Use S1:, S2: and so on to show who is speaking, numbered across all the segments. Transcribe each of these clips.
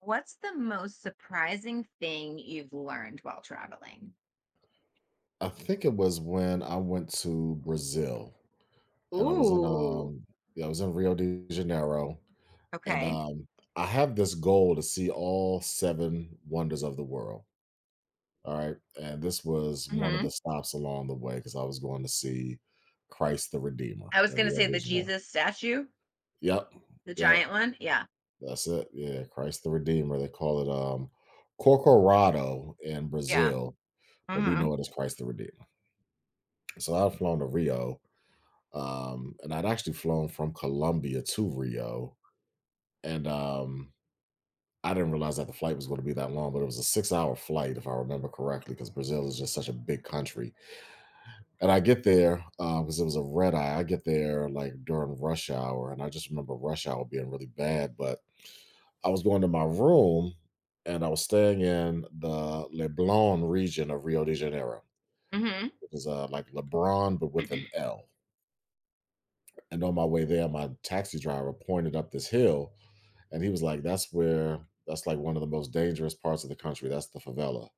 S1: What's the most surprising thing you've learned while traveling?
S2: I think it was when I went to Brazil and I was in,
S1: Ooh.
S2: um yeah, I was in Rio de Janeiro, and,
S1: Okay.
S2: um, I have this goal to see all 7 wonders of the world, alright? And this was one of
S1: hmm
S2: the stops along the way because I was going to see Christ the Redeemer
S1: I was
S2: in
S1: gonna
S2: Rio
S1: say
S2: de
S1: the
S2: Janeiro.
S1: Jesus statue,
S2: Yep,
S1: the
S2: yep,
S1: giant one. Yeah.
S2: that's it, yeah, Christ the Redeemer, they call it, Corcoroado in
S1: Yeah.
S2: Brazil, but we
S1: hmm
S2: know it as Christ the Redeemer. So I've flown to Rio, and I'd actually flown from Colombia to Rio, and I didn't realize that the flight was going to be that long, but it was a six-hour flight, if I remember correctly, because Brazil is just such a big country. And I get there because it was a red eye. I get there like during rush hour, and I just remember rush hour being really bad. But I was going to my room, and I was staying in the Leblon region of Rio de Janeiro.
S1: hmm
S2: It was like Lebron but with an L. And on my way there, my taxi driver pointed up this hill, and he was like, "That's where. That's like one of the most dangerous parts of the country. That's the favela."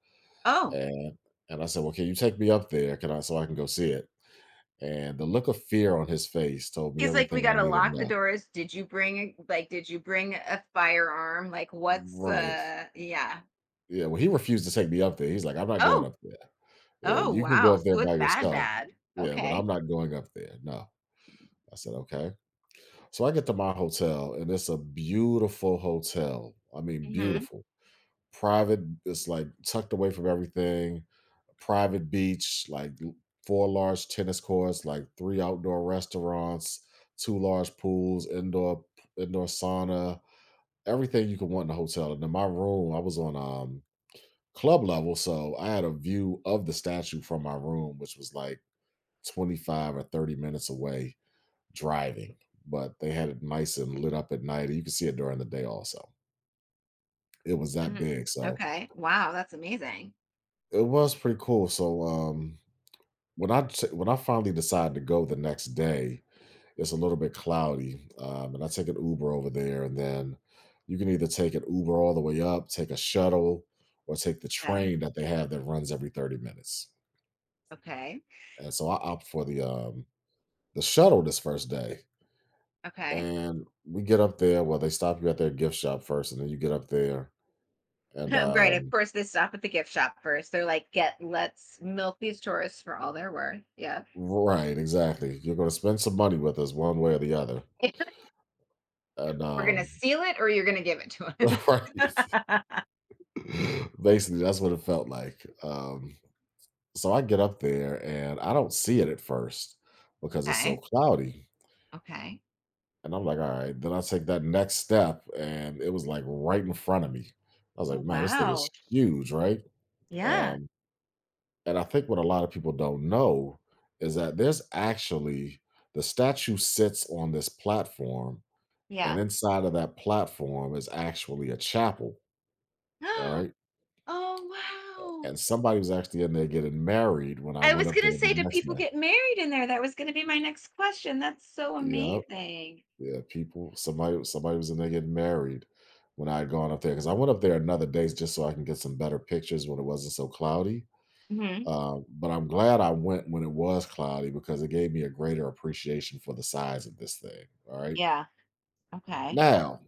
S1: Oh,
S2: And and I said, "Well, can you take me up there? Can I so I can go see it?" And the look of fear on his face told me
S1: he's like, we
S2: everything I
S1: gotta
S2: needed to
S1: lock the
S2: know.
S1: doors. Did you bring like, did you bring a firearm? Like, what's
S2: Right.
S1: yeah.
S2: Yeah. Well, he refused to take me up there. He's like, "I'm not going
S1: Oh,
S2: up there. Yeah,
S1: oh,
S2: you can go
S1: wow.
S2: up there
S1: So it's
S2: by
S1: bad,
S2: yourself.
S1: bad.
S2: Yeah, but
S1: Okay.
S2: I'm not going up there. No." I said, "Okay." So I get to my hotel, and it's a beautiful hotel. I mean,
S1: hmm
S2: beautiful private, it's like tucked away from everything, private beach, like four large tennis courts, like three outdoor restaurants, two large pools, indoor sauna, everything you could want in a hotel. And in my room, I was on, club level, so I had a view of the statue from my room, which was like 25 or 30 minutes away driving, but they had it nice and lit up at night and you could see it during the day also. It was
S1: hmm
S2: that big. So
S1: Okay. Wow, that's amazing.
S2: it was pretty cool. So when I finally decide to go the next day, it's a little bit cloudy, and I take an Uber over there, and then you can either take an Uber all the way up, take a shuttle, or take the
S1: Okay.
S2: train that they have that runs every 30 minutes.
S1: Okay.
S2: And so I opt for the shuttle this first day,
S1: Okay.
S2: and we get up there. Well, they stop you at their gift shop first, and then you get up there, and
S1: Right. Of course, they stop at the gift shop first. They're like, let's milk these tourists for all they're worth. Yeah.
S2: right, exactly. You're going to spend some money with us one way or the other,
S1: We're
S2: and
S1: going to seal it or you're going to give it to
S2: right.
S1: us.
S2: Basically, that's what it felt like. So I get up there and I don't see it at first because it's so
S1: Okay.
S2: cloudy.
S1: Okay.
S2: And I'm like, all right. Then I take that next step and it was like right in front of me. I was
S1: Oh,
S2: like, man, this thing is
S1: wow.
S2: huge, right?
S1: Yeah.
S2: Um, and I think what a lot of people don't know is that the statue sits on this platform, and
S1: Yeah.
S2: inside of that platform is actually a chapel. All right.
S1: Oh, wow.
S2: And somebody was actually in there getting married when I
S1: I
S2: went
S1: was
S2: up
S1: going to
S2: there the
S1: say, do
S2: next
S1: people
S2: night.
S1: get married in there? That was going to be my next question. That's so
S2: Yep.
S1: amazing.
S2: Yeah, people, somebody was in there getting married when I had gone up there, because I went up there another day just so I can get some better pictures when it wasn't so cloudy.
S1: hmm
S2: But I'm glad I went when it was cloudy because it gave me a greater appreciation for the size of this thing, all right?
S1: Yeah. Okay.
S2: Now,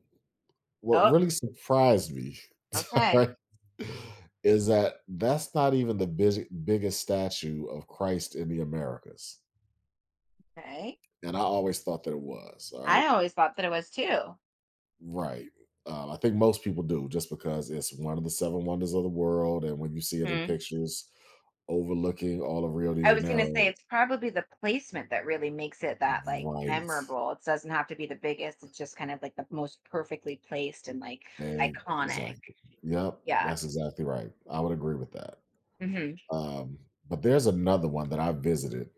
S2: what
S1: Oh,
S2: really surprised me, all
S1: okay.
S2: right, is that that's not even the biggest statue of Christ in the Americas.
S1: Okay.
S2: And I always thought that it was, all
S1: I
S2: right?
S1: always thought that it was too.
S2: Right. I think most people do just because it's one of the seven wonders of the world. And when you see it in
S1: Hmm.
S2: pictures overlooking all of Rio de
S1: I was gonna say
S2: Janeiro,
S1: it's probably the placement that really makes it that like
S2: right.
S1: memorable. It doesn't have to be the biggest. It's just kind of like the most perfectly placed and like
S2: And
S1: iconic.
S2: exactly. Yep.
S1: Yeah.
S2: That's exactly right. I would agree with that.
S1: hmm
S2: Um, but there's another one that I visited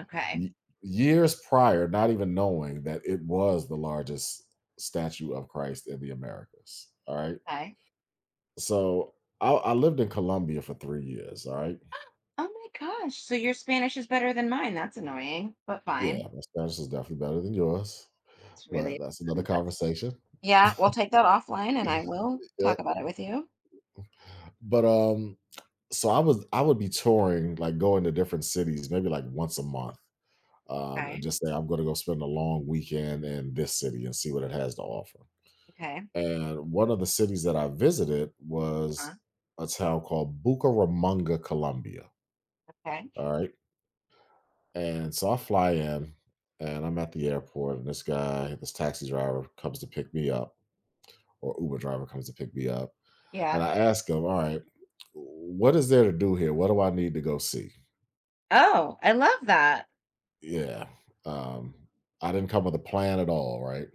S1: Okay.
S2: y- years prior, not even knowing that it was the largest statue of Christ in the Americas. All right.
S1: Okay.
S2: So I lived in Colombia for 3 years. All right.
S1: Oh my gosh. So your Spanish is better than mine. That's annoying, but fine.
S2: Yeah, my Spanish is definitely better than yours,
S1: It's
S2: but
S1: really
S2: that's another
S1: um, that's,
S2: conversation.
S1: yeah. We'll take that offline, and I will
S2: Yep.
S1: talk about it with you.
S2: But So I would be touring, like going to different cities, maybe like once a month, and
S1: Okay.
S2: just say I'm going to go spend a long weekend in this city and see what it has to offer.
S1: Okay.
S2: And one of the cities that I visited
S1: Huh.
S2: was a town called Bucaramanga, Colombia.
S1: Okay.
S2: All right, and so I fly in, and I'm at the airport, and this guy, this taxi driver, comes to pick me up, or Uber driver comes to pick me up. And
S1: Yeah.
S2: I asked him, all right, what is there to do here? What do I need to go see?
S1: Oh, I love that.
S2: Yeah. Um, I didn't come with a plan at all, right?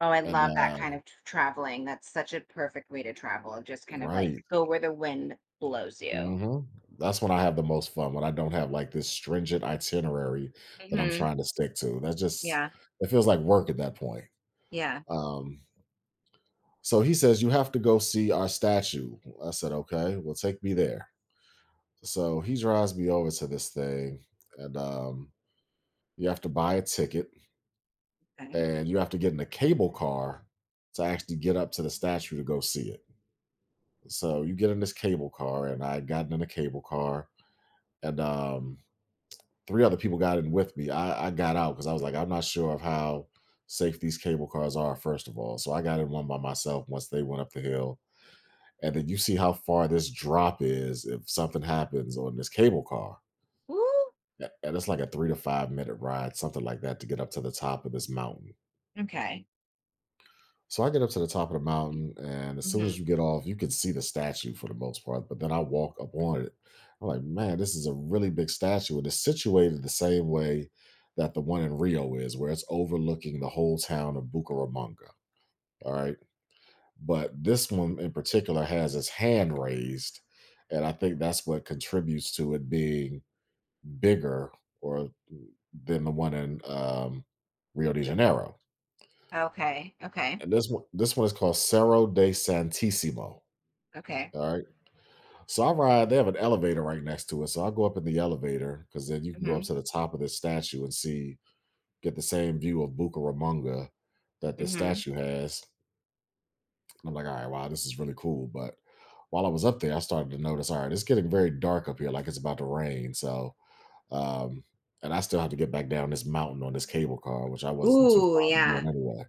S1: Oh, I
S2: And
S1: love that kind of t traveling. That's such a perfect way to travel just kind of, like,
S2: right.
S1: go where the wind blows you.
S2: Hmm. That's when I have the most fun, when I don't have like this stringent itinerary that I'm
S1: Mhm.
S2: trying to stick to. That's just,
S1: Yeah.
S2: it feels like work at that point.
S1: Yeah.
S2: Um, so he says, you have to go see our statue. I said, okay, well, take me there. So he drives me over to this thing, and you have to buy a ticket
S1: Okay.
S2: and you have to get in a cable car to actually get up to the statue to go see it. So you get in this cable car, and I had gotten in a cable car, and three other people got in with me. I got out because I was like, I'm not sure of how safe these cable cars are, first of all. So I got in one by myself once they went up the hill. And then you see how far this drop is if something happens on this cable car.
S1: Ooh,
S2: And it's like a 3 to 5 minute ride, something like that, to get up to the top of this mountain.
S1: okay.
S2: So I get up to the top of the mountain, and as soon as
S1: Mhm.
S2: you get off, you can see the statue for the most part. But then I walk up on it. I'm like, man, this is a really big statue. And it's situated the same way that the one in Rio is, where it's overlooking the whole town of Bucaramanga. All right. But this one in particular has its hand raised. And I think that's what contributes to it being bigger or than the one in Rio de Janeiro.
S1: Okay. Okay.
S2: And this one is called Cerro de Santissimo.
S1: Okay.
S2: All right. So I ride, they have an elevator right next to it. So I go up in the elevator because then you can go up
S1: Mhm.
S2: to the top of this statue and see, get the same view of Bucaramanga that this
S1: Mhm.
S2: statue has. And I'm like, all right, wow, this is really cool. But while I was up there, I started to notice, all right, it's getting very dark up here, like it's about to rain. So, um, and I still have to get back down this mountain on this cable car, which I wasn't too
S1: Ooh,
S2: fond of
S1: yeah.
S2: doing anyway.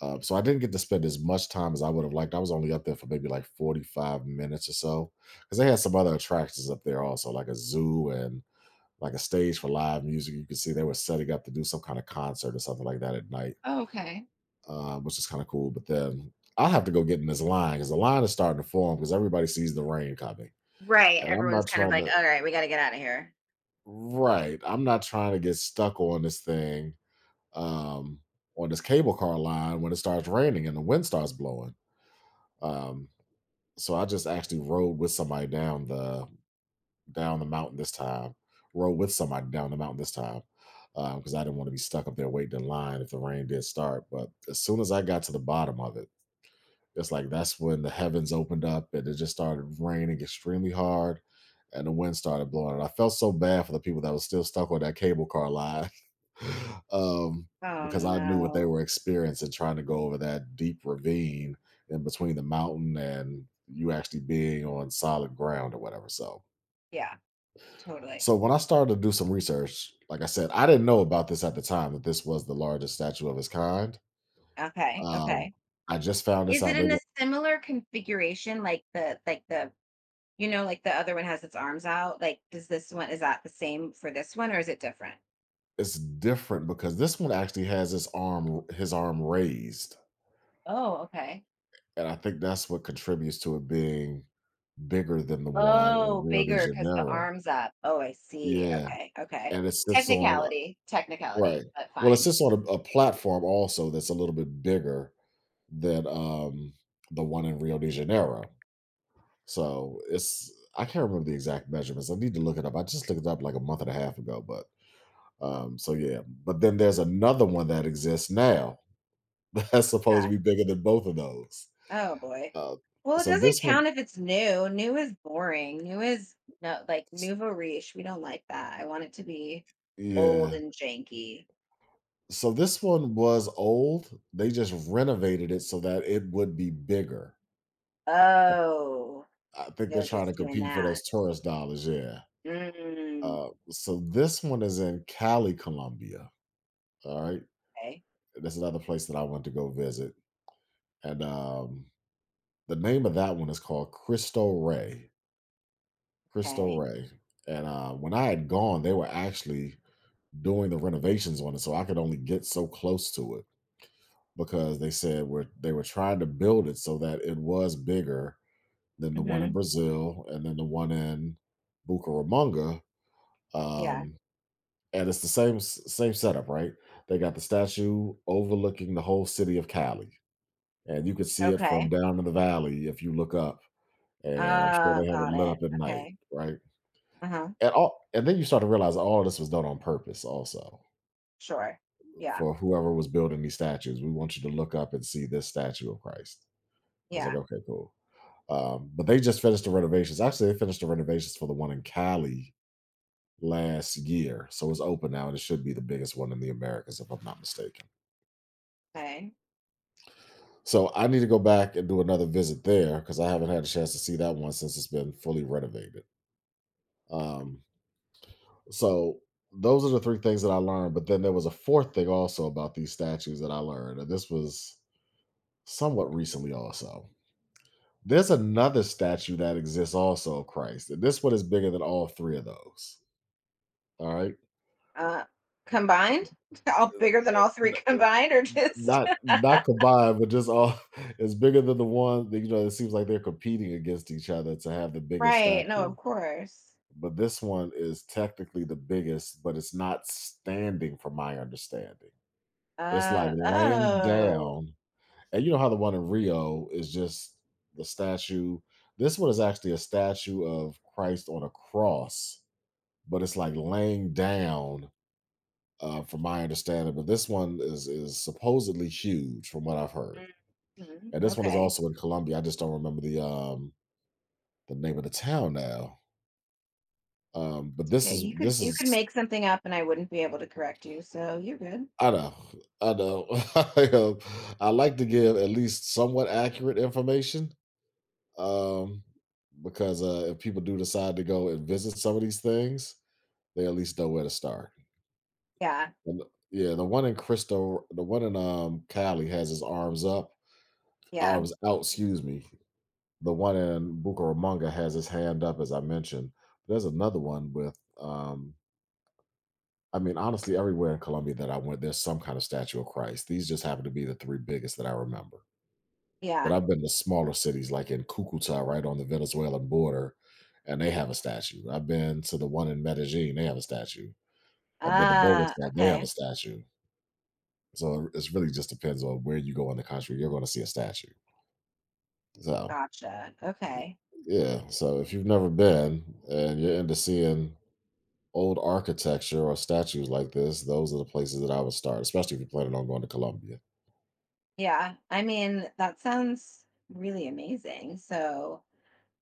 S2: So I didn't get to spend as much time as I would have liked. I was only up there for maybe like 45 minutes or so because they had some other attractions up there also, like a zoo and like a stage for live music. You could see they were setting up to do some kind of concert or something like that at night,
S1: Oh, okay.
S2: which is kind of cool. But then I'll have to go get in this line because the line is starting to form because everybody sees the rain coming.
S1: Right,
S2: And I'm
S1: everyone's
S2: not
S1: kind of
S2: trying
S1: like,
S2: to,
S1: "Alright, we gotta get out of here."
S2: right. I'm not trying to get stuck on this thing, um, on this cable car line when it starts raining and the wind starts blowing. Um, So I just actually rode with somebody down the mountain this time. Rode with somebody down the mountain this time Because I didn't want to be stuck up there waiting in line if the rain did start. But as soon as I got to the bottom of it, it's like that's when the heavens opened up and it just started raining extremely hard and the wind started blowing. And I felt so bad for the people that was still stuck on that cable car line. um,
S1: Oh,
S2: because I knew what they
S1: no.
S2: were experiencing trying to go over that deep ravine in between the mountain and you actually being on solid ground or whatever. So
S1: Yeah, totally.
S2: so when I started to do some research, like I said, I didn't know about this at the time that this was the largest statue of its kind.
S1: Okay,
S2: Um,
S1: okay.
S2: I just found this
S1: Is it
S2: out
S1: in
S2: maybe.
S1: a similar configuration, like the you know, like the other one has its arms out. Like, does this one is that the same for this one or is it different?
S2: It's different because this one actually has his arm raised,
S1: Oh, okay.
S2: and I think that's what contributes to it being bigger than the one in
S1: Oh,
S2: Rio de
S1: bigger because the
S2: Janeiro.
S1: arms up. Oh, I see.
S2: Yeah,
S1: Okay, okay.
S2: and it sits on
S1: Technicality, technicality,
S2: right.
S1: but
S2: Well, it
S1: fine.
S2: sits on a platform also that's a little bit bigger than the one in Rio de Janeiro. So it's I can't remember the exact measurements. I need to look it up. I just looked it up like a month and a half ago, so yeah. But then there's another one that exists now that's supposed
S1: Yeah.
S2: to be bigger than both of those.
S1: Oh boy.
S2: Uh,
S1: Well, it
S2: so
S1: doesn't
S2: this one,
S1: count if it's new. New is boring. New is no, like nouveau riche. We don't like that. I want it to be old
S2: yeah.
S1: and janky.
S2: So this one was old. They just renovated it so that it would be bigger.
S1: Oh,
S2: I think they're
S1: they're
S2: trying to
S1: just doing
S2: compete for
S1: that.
S2: those tourist dollars. Yeah.
S1: Mm,
S2: So this one is in Cali, Colombia. All right.
S1: okay.
S2: That's another place that I want to go visit. And the name of that one is called Cristo Rey. Cristo
S1: Okay.
S2: Rey. And when I had gone, they were actually doing the renovations on it, so I could only get so close to it because they were trying to build it so that it was bigger than the one in
S1: hmm
S2: Brazil and then the one in Bucaramanga.
S1: Yeah.
S2: Um, and it's the same setup, right? They got the statue overlooking the whole city of Cali, and you could see it from
S1: Okay.
S2: down in the valley if you look up. And I'm sure they have it
S1: Got
S2: lit
S1: it.
S2: up at night,
S1: Okay.
S2: right?
S1: Uh-huh.
S2: And then you start to realize all this was done on purpose, also
S1: Sure. Yeah.
S2: for whoever was building these statues. We want you to look up and see this statue of Christ. I was like,
S1: Yeah.
S2: okay, cool. But they just finished the renovations. Actually, they finished the renovations for the one in Cali last year. So it's open now and it should be the biggest one in the Americas, if I'm not mistaken.
S1: Okay.
S2: So I need to go back and do another visit there because I haven't had a chance to see that one since it's been fully renovated. Um, so those are the three things that I learned. But then there was a fourth thing also about these statues that I learned. And this was somewhat recently also. There's another statue that exists also of Christ, and this one is bigger than all 3 of those, all right?
S1: Uh, combined? All bigger than
S2: Uh,
S1: all 3
S2: uh,
S1: combined or just
S2: not combined, but just all, it's bigger than the one that, you know, it seems like they're competing against each other to have the biggest
S1: right. No,
S2: statue,
S1: of course.
S2: but this one is technically the biggest, but it's not standing from my understanding. It's, like, laying
S1: Oh.
S2: down, and you know how the one in Rio is just the statue? This one is actually a statue of Christ on a cross, but it's like laying down, from my understanding, but this one is supposedly huge from what I've heard,
S1: Mhm.
S2: and this one is
S1: Okay.
S2: also in Colombia. I just don't remember the name of the town now. But
S1: Okay.
S2: this
S1: You
S2: is
S1: could make something up and I wouldn't be able to correct you, so you're good.
S2: I know. I know, I know. I like to give at least somewhat accurate information, um because if people do decide to go and visit some of these things, they at least know where to start.
S1: Yeah.
S2: And yeah, the one in Cali has his arms up. I
S1: Yeah.
S2: was out, excuse me. The one in Bucaramanga has his hand up, as I mentioned. There's another one with, I mean, honestly, everywhere in Colombia that I went, there's some kind of statue of Christ. These just happen to be the three biggest that I remember. But
S1: Yeah.
S2: I've been to smaller cities like in Cucuta, right on the Venezuelan border, and they have a statue. I've been to the one in Medellin, they have a statue. I've been to
S1: Uh,
S2: Bogota, they have a
S1: okay.
S2: statue. So it really just depends on where you go in the country, you're going to see a statue. So.
S1: Gotcha. Okay.
S2: Yeah, so if you've never been and you're into seeing old architecture or statues like this, those are the places that I would start, especially if you're planning on going to Colombia.
S1: Yeah. I mean, that sounds really amazing. So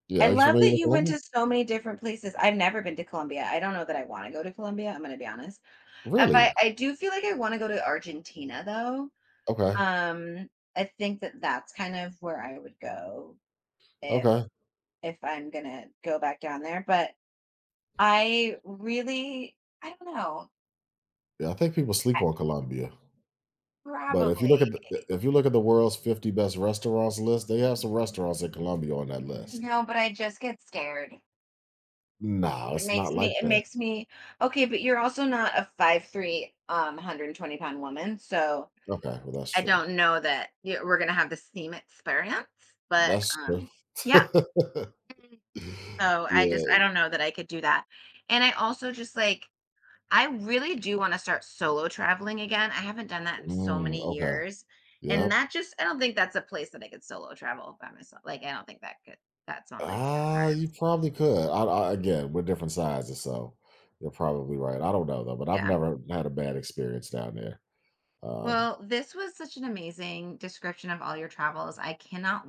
S2: Yeah,
S1: I
S2: are you
S1: love
S2: familiar
S1: that
S2: with
S1: you went
S2: Colombia?
S1: to so many different places. I've never been to Colombia. I don't know that I wanna go to Colombia, I'm gonna be honest. If
S2: Really?
S1: I I do feel like I wanna go to Argentina, though.
S2: Okay,
S1: Um, I think that that's kind of where I would go if
S2: okay.
S1: if I'm gonna go back down there, but I really I don't know.
S2: Yeah, I think people
S1: I
S2: sleep on Colombia, but if you look
S1: probably,
S2: at the, if you look at the world's 50 best restaurants list, they have some restaurants in Colombia on that
S1: you
S2: list.
S1: know, but I just get scared.
S2: No, it's not like
S1: It
S2: that.
S1: makes me okay, but you're also not a 5'3" 120 pound woman, so
S2: Okay, well that's
S1: I
S2: true.
S1: don't know that y we're gonna have the same experience, but,
S2: That's true.
S1: yeah. So, I
S2: Yeah.
S1: don't know that I could do that. And I also just, like, I really do wanna start solo traveling again. I haven't done that in so
S2: Mm,
S1: many
S2: okay.
S1: years, and
S2: Yep.
S1: that just I don't think that's a place that I could solo travel by myself. Like, I don't think that could that's on the
S2: Ah, you
S1: cards.
S2: probably could. I again, we're different sizes, so you're probably right. I don't know though, but I've
S1: Yeah.
S2: never had a bad experience down there. Um,
S1: Well, this was such an amazing description of all your travels. I cannot